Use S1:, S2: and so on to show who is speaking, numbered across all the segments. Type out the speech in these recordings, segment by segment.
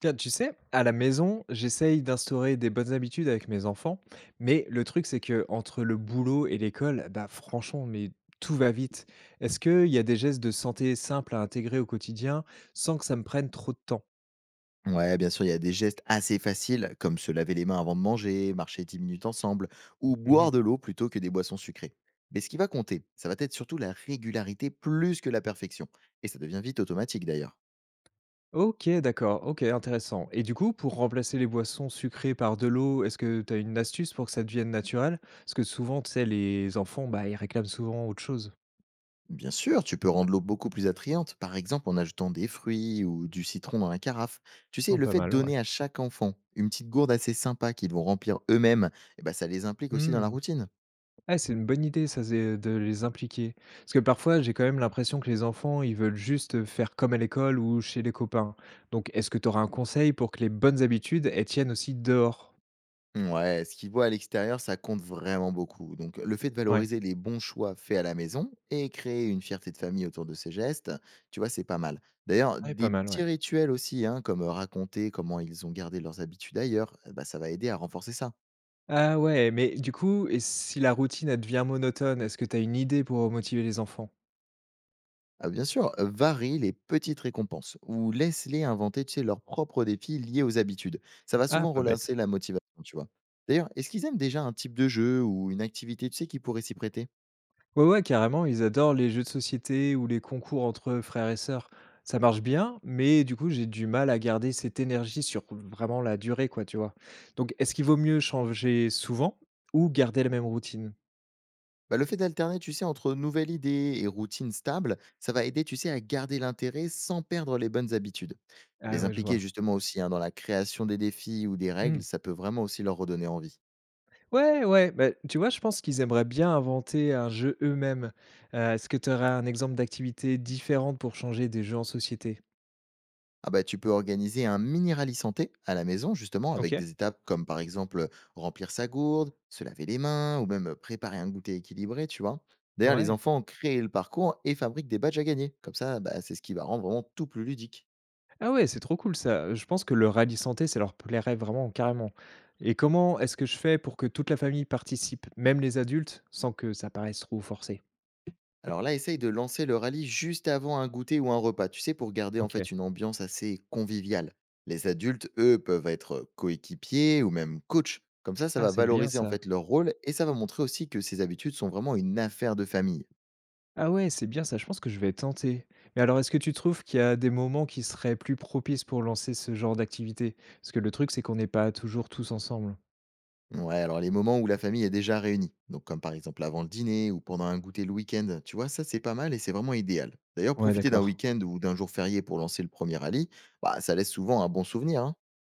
S1: Tiens, tu sais, à la maison, j'essaye d'instaurer des bonnes habitudes avec mes enfants, mais le truc, c'est que entre le boulot et l'école, bah franchement, mais tout va vite. Est-ce qu'il y a des gestes de santé simples à intégrer au quotidien sans que ça me prenne trop de temps?
S2: Ouais, bien sûr, il y a des gestes assez faciles, comme se laver les mains avant de manger, marcher 10 minutes ensemble, ou
S1: Mhm.
S2: boire de l'eau plutôt que des boissons sucrées. Mais ce qui va compter, ça va être surtout la régularité plus que la perfection. Et ça devient vite automatique d'ailleurs.
S1: Ok, d'accord, ok, intéressant. Et du coup, pour remplacer les boissons sucrées par de l'eau, est-ce que tu as une astuce pour que ça devienne naturel? Parce que souvent, tu sais, les enfants, bah, ils réclament souvent autre chose.
S2: Bien sûr, tu peux rendre l'eau beaucoup plus attrayante, par exemple en ajoutant des fruits ou du citron dans la carafe. Tu sais,
S1: Oh,
S2: le
S1: pas
S2: fait de
S1: mal, ouais.
S2: donner à chaque enfant une petite gourde assez sympa qu'ils vont remplir eux-mêmes, eh ben, ça les implique aussi dans la
S1: Hmm.
S2: routine.
S1: Ah, c'est une bonne idée ça, c'est de les impliquer. Parce que parfois, j'ai quand même l'impression que les enfants, ils veulent juste faire comme à l'école ou chez les copains. Donc, est-ce que tu auras un conseil pour que les bonnes habitudes, elles tiennent aussi dehors?
S2: Ouais, ce qu'ils voient à l'extérieur, ça compte vraiment beaucoup. Donc, le fait de
S1: Ouais.
S2: valoriser les bons choix faits à la maison et créer une fierté de famille autour de ces gestes, tu vois, c'est pas mal. D'ailleurs,
S1: Ouais, pas
S2: des
S1: mal, ouais.
S2: petits rituels aussi, hein, comme raconter comment ils ont gardé leurs habitudes ailleurs, bah, ça va aider à renforcer ça.
S1: Ah ouais, mais du coup, et si la routine, elle devient monotone, est-ce que tu as une idée pour motiver les enfants?
S2: Ah, bien sûr, varie les petites récompenses ou laisse-les inventer, tu sais, leurs propres défis liés aux habitudes. Ça va
S1: Ah,
S2: souvent
S1: pas
S2: relancer
S1: bête.
S2: la motivation, tu vois. D'ailleurs, est-ce qu'ils aiment déjà un type de jeu ou une activité, tu sais, qui pourrait s'y prêter.
S1: Ouais, ouais, carrément, ils adorent les jeux de société ou les concours entre frères et sœurs. Ça marche bien, mais du coup, j'ai du mal à garder cette énergie sur vraiment la durée, quoi, tu vois? Donc, est-ce qu'il vaut mieux changer souvent ou garder la même routine?
S2: Bah, le fait d'alterner, tu sais, entre nouvelles idées et routines stables, ça va aider, tu sais, à garder l'intérêt sans perdre les bonnes habitudes.
S1: Ah
S2: Les
S1: ouais, je
S2: impliquer
S1: vois.
S2: justement aussi hein, dans la création des défis ou des règles,
S1: Mmh.
S2: ça peut vraiment aussi leur redonner envie.
S1: Ouais, ouais, bah, tu vois, je pense qu'ils aimeraient bien inventer un jeu eux-mêmes. Est-ce que tu aurais un exemple d'activité différente pour changer des jeux en société?
S2: Ah bah tu peux organiser un mini rallye santé à la maison justement avec
S1: OK,
S2: des étapes comme par exemple remplir sa gourde, se laver les mains ou même préparer un goûter équilibré, tu vois. D'ailleurs les
S1: ouais.
S2: enfants créent le parcours et fabriquent des badges à gagner. Comme ça, bah, c'est ce qui va rendre vraiment tout plus ludique.
S1: Ah ouais, c'est trop cool ça. Je pense que le rallye santé, ça leur plairait vraiment carrément. Et comment est-ce que je fais pour que toute la famille participe, même les adultes, sans que ça paraisse trop forcé?
S2: Alors là, essaye de lancer le rallye juste avant un goûter ou un repas, tu sais, pour garder en
S1: OK.
S2: fait une ambiance assez conviviale. Les adultes, eux, peuvent être coéquipiers ou même coach. Comme ça
S1: Ah,
S2: va
S1: c'est bien
S2: valoriser en
S1: ça.
S2: fait leur rôle et ça va montrer aussi que ces habitudes sont vraiment une affaire de famille.
S1: Ah ouais, c'est bien ça, je pense que je vais tenter. Mais alors, est-ce que tu trouves qu'il y a des moments qui seraient plus propices pour lancer ce genre d'activité? Parce que le truc, c'est qu'on n'est pas toujours tous ensemble.
S2: Ouais, alors les moments où la famille est déjà réunie, donc comme par exemple avant le dîner ou pendant un goûter le week-end, tu vois, ça c'est pas mal et c'est vraiment idéal. D'ailleurs,
S1: Ouais,
S2: profiter d'un
S1: d'accord.
S2: week-end ou d'un jour férié pour lancer le premier rallye, bah, ça laisse souvent un bon souvenir, hein.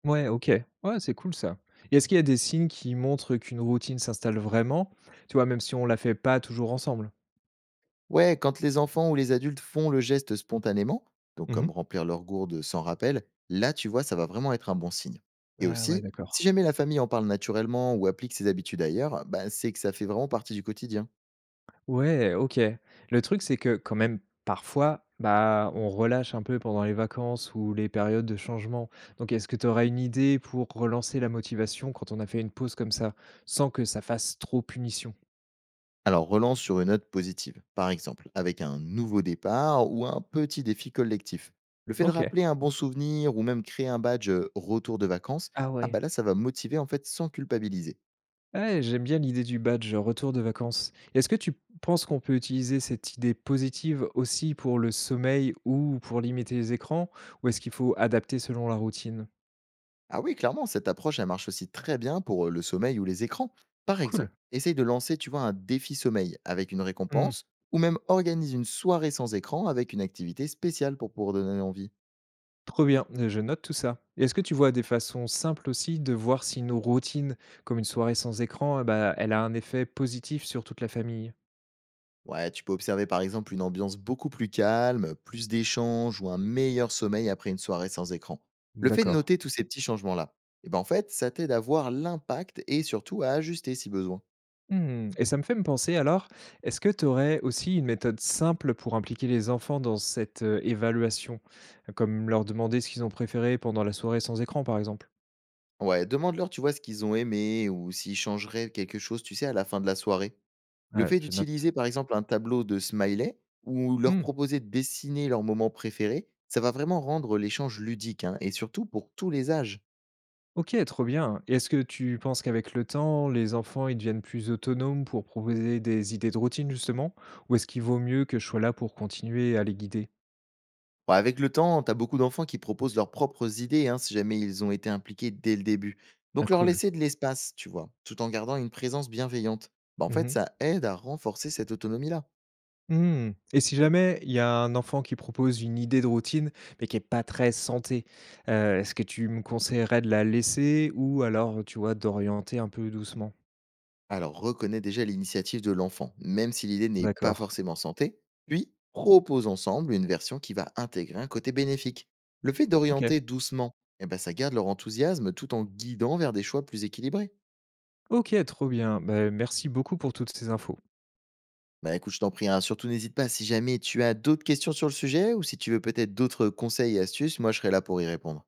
S1: Ouais, OK. Ouais, c'est cool ça. Et est-ce qu'il y a des signes qui montrent qu'une routine s'installe vraiment, tu vois, même si on la fait pas toujours ensemble?
S2: Ouais, quand les enfants ou les adultes font le geste spontanément, donc
S1: Mmh.
S2: comme remplir leur gourde sans rappel, là, tu vois, ça va vraiment être un bon signe. Et
S1: Ah ouais,
S2: aussi, si
S1: d'accord.
S2: jamais la famille en parle naturellement ou applique ses habitudes ailleurs, bah, c'est que ça fait vraiment partie du quotidien.
S1: Ouais, OK. Le truc, c'est que quand même, parfois, bah, on relâche un peu pendant les vacances ou les périodes de changement. Donc, est-ce que tu auras une idée pour relancer la motivation quand on a fait une pause comme ça, sans que ça fasse trop punition?
S2: Alors relance sur une note positive, par exemple, avec un nouveau départ ou un petit défi collectif. Le fait de
S1: OK.
S2: rappeler un bon souvenir ou même créer un badge retour de vacances,
S1: Ah
S2: ah
S1: ouais.
S2: bah là ça va motiver en fait sans culpabiliser.
S1: Ouais, j'aime bien l'idée du badge retour de vacances. Est-ce que tu penses qu'on peut utiliser cette idée positive aussi pour le sommeil ou pour limiter les écrans, ou est-ce qu'il faut adapter selon la routine?
S2: Ah oui, clairement, cette approche, elle marche aussi très bien pour le sommeil ou les écrans. Par
S1: Cool.
S2: exemple, essaye de lancer, tu vois, un défi sommeil avec une récompense, ou même organise une soirée sans écran avec une activité spéciale pour pouvoir donner envie.
S1: Trop bien, je note tout ça. Et est-ce que tu vois des façons simples aussi de voir si nos routines, comme une soirée sans écran, eh bah, elle a un effet positif sur toute la famille?
S2: Ouais, tu peux observer par exemple une ambiance beaucoup plus calme, plus d'échanges ou un meilleur sommeil après une soirée sans écran. Le fait de
S1: D'accord.
S2: noter tous ces petits changements-là, et ben en fait, ça t'aide à voir l'impact et surtout à ajuster si besoin.
S1: Mmh, et ça me fait me penser alors, est-ce que tu aurais aussi une méthode simple pour impliquer les enfants dans cette, évaluation? Comme leur demander ce qu'ils ont préféré pendant la soirée sans écran, par exemple?
S2: Ouais, demande-leur, tu vois, ce qu'ils ont aimé ou s'ils changeraient quelque chose, tu sais, à la fin de la soirée. Le
S1: Ouais,
S2: fait
S1: je note.
S2: d'utiliser, par exemple, un tableau de smiley ou leur
S1: Mmh.
S2: proposer de dessiner leur moment préféré, ça va vraiment rendre l'échange ludique hein, et surtout pour tous les âges.
S1: OK, trop bien. Et est-ce que tu penses qu'avec le temps, les enfants, ils deviennent plus autonomes pour proposer des idées de routine justement? Ou est-ce qu'il vaut mieux que je sois là pour continuer à les guider?
S2: Bon, avec le temps, t'as beaucoup d'enfants qui proposent leurs propres idées hein, si jamais ils ont été impliqués dès le début.
S1: Ah
S2: Donc leur
S1: cool.
S2: laisser de l'espace, tu vois, tout en gardant une présence bienveillante, bah, en
S1: Mmh
S2: fait,
S1: mh.
S2: ça aide à renforcer cette autonomie-là.
S1: Mmh. Et si jamais il y a un enfant qui propose une idée de routine, mais qui est pas très santé, est-ce que tu me conseillerais de la laisser ou alors, tu vois, d'orienter un peu doucement?
S2: Alors, reconnais déjà l'initiative de l'enfant, même si l'idée n'est pas
S1: D'accord.
S2: forcément santé, puis propose ensemble une version qui va intégrer un côté bénéfique. Le fait
S1: OK.
S2: d'orienter doucement, eh ben, ça garde leur enthousiasme tout en guidant vers des choix plus équilibrés.
S1: OK, trop bien. Beh, merci beaucoup pour toutes ces infos.
S2: Bah écoute, je t'en prie, hein, surtout n'hésite pas si jamais tu as d'autres questions sur le sujet ou si tu veux peut-être d'autres conseils et astuces, moi je serai là pour y répondre.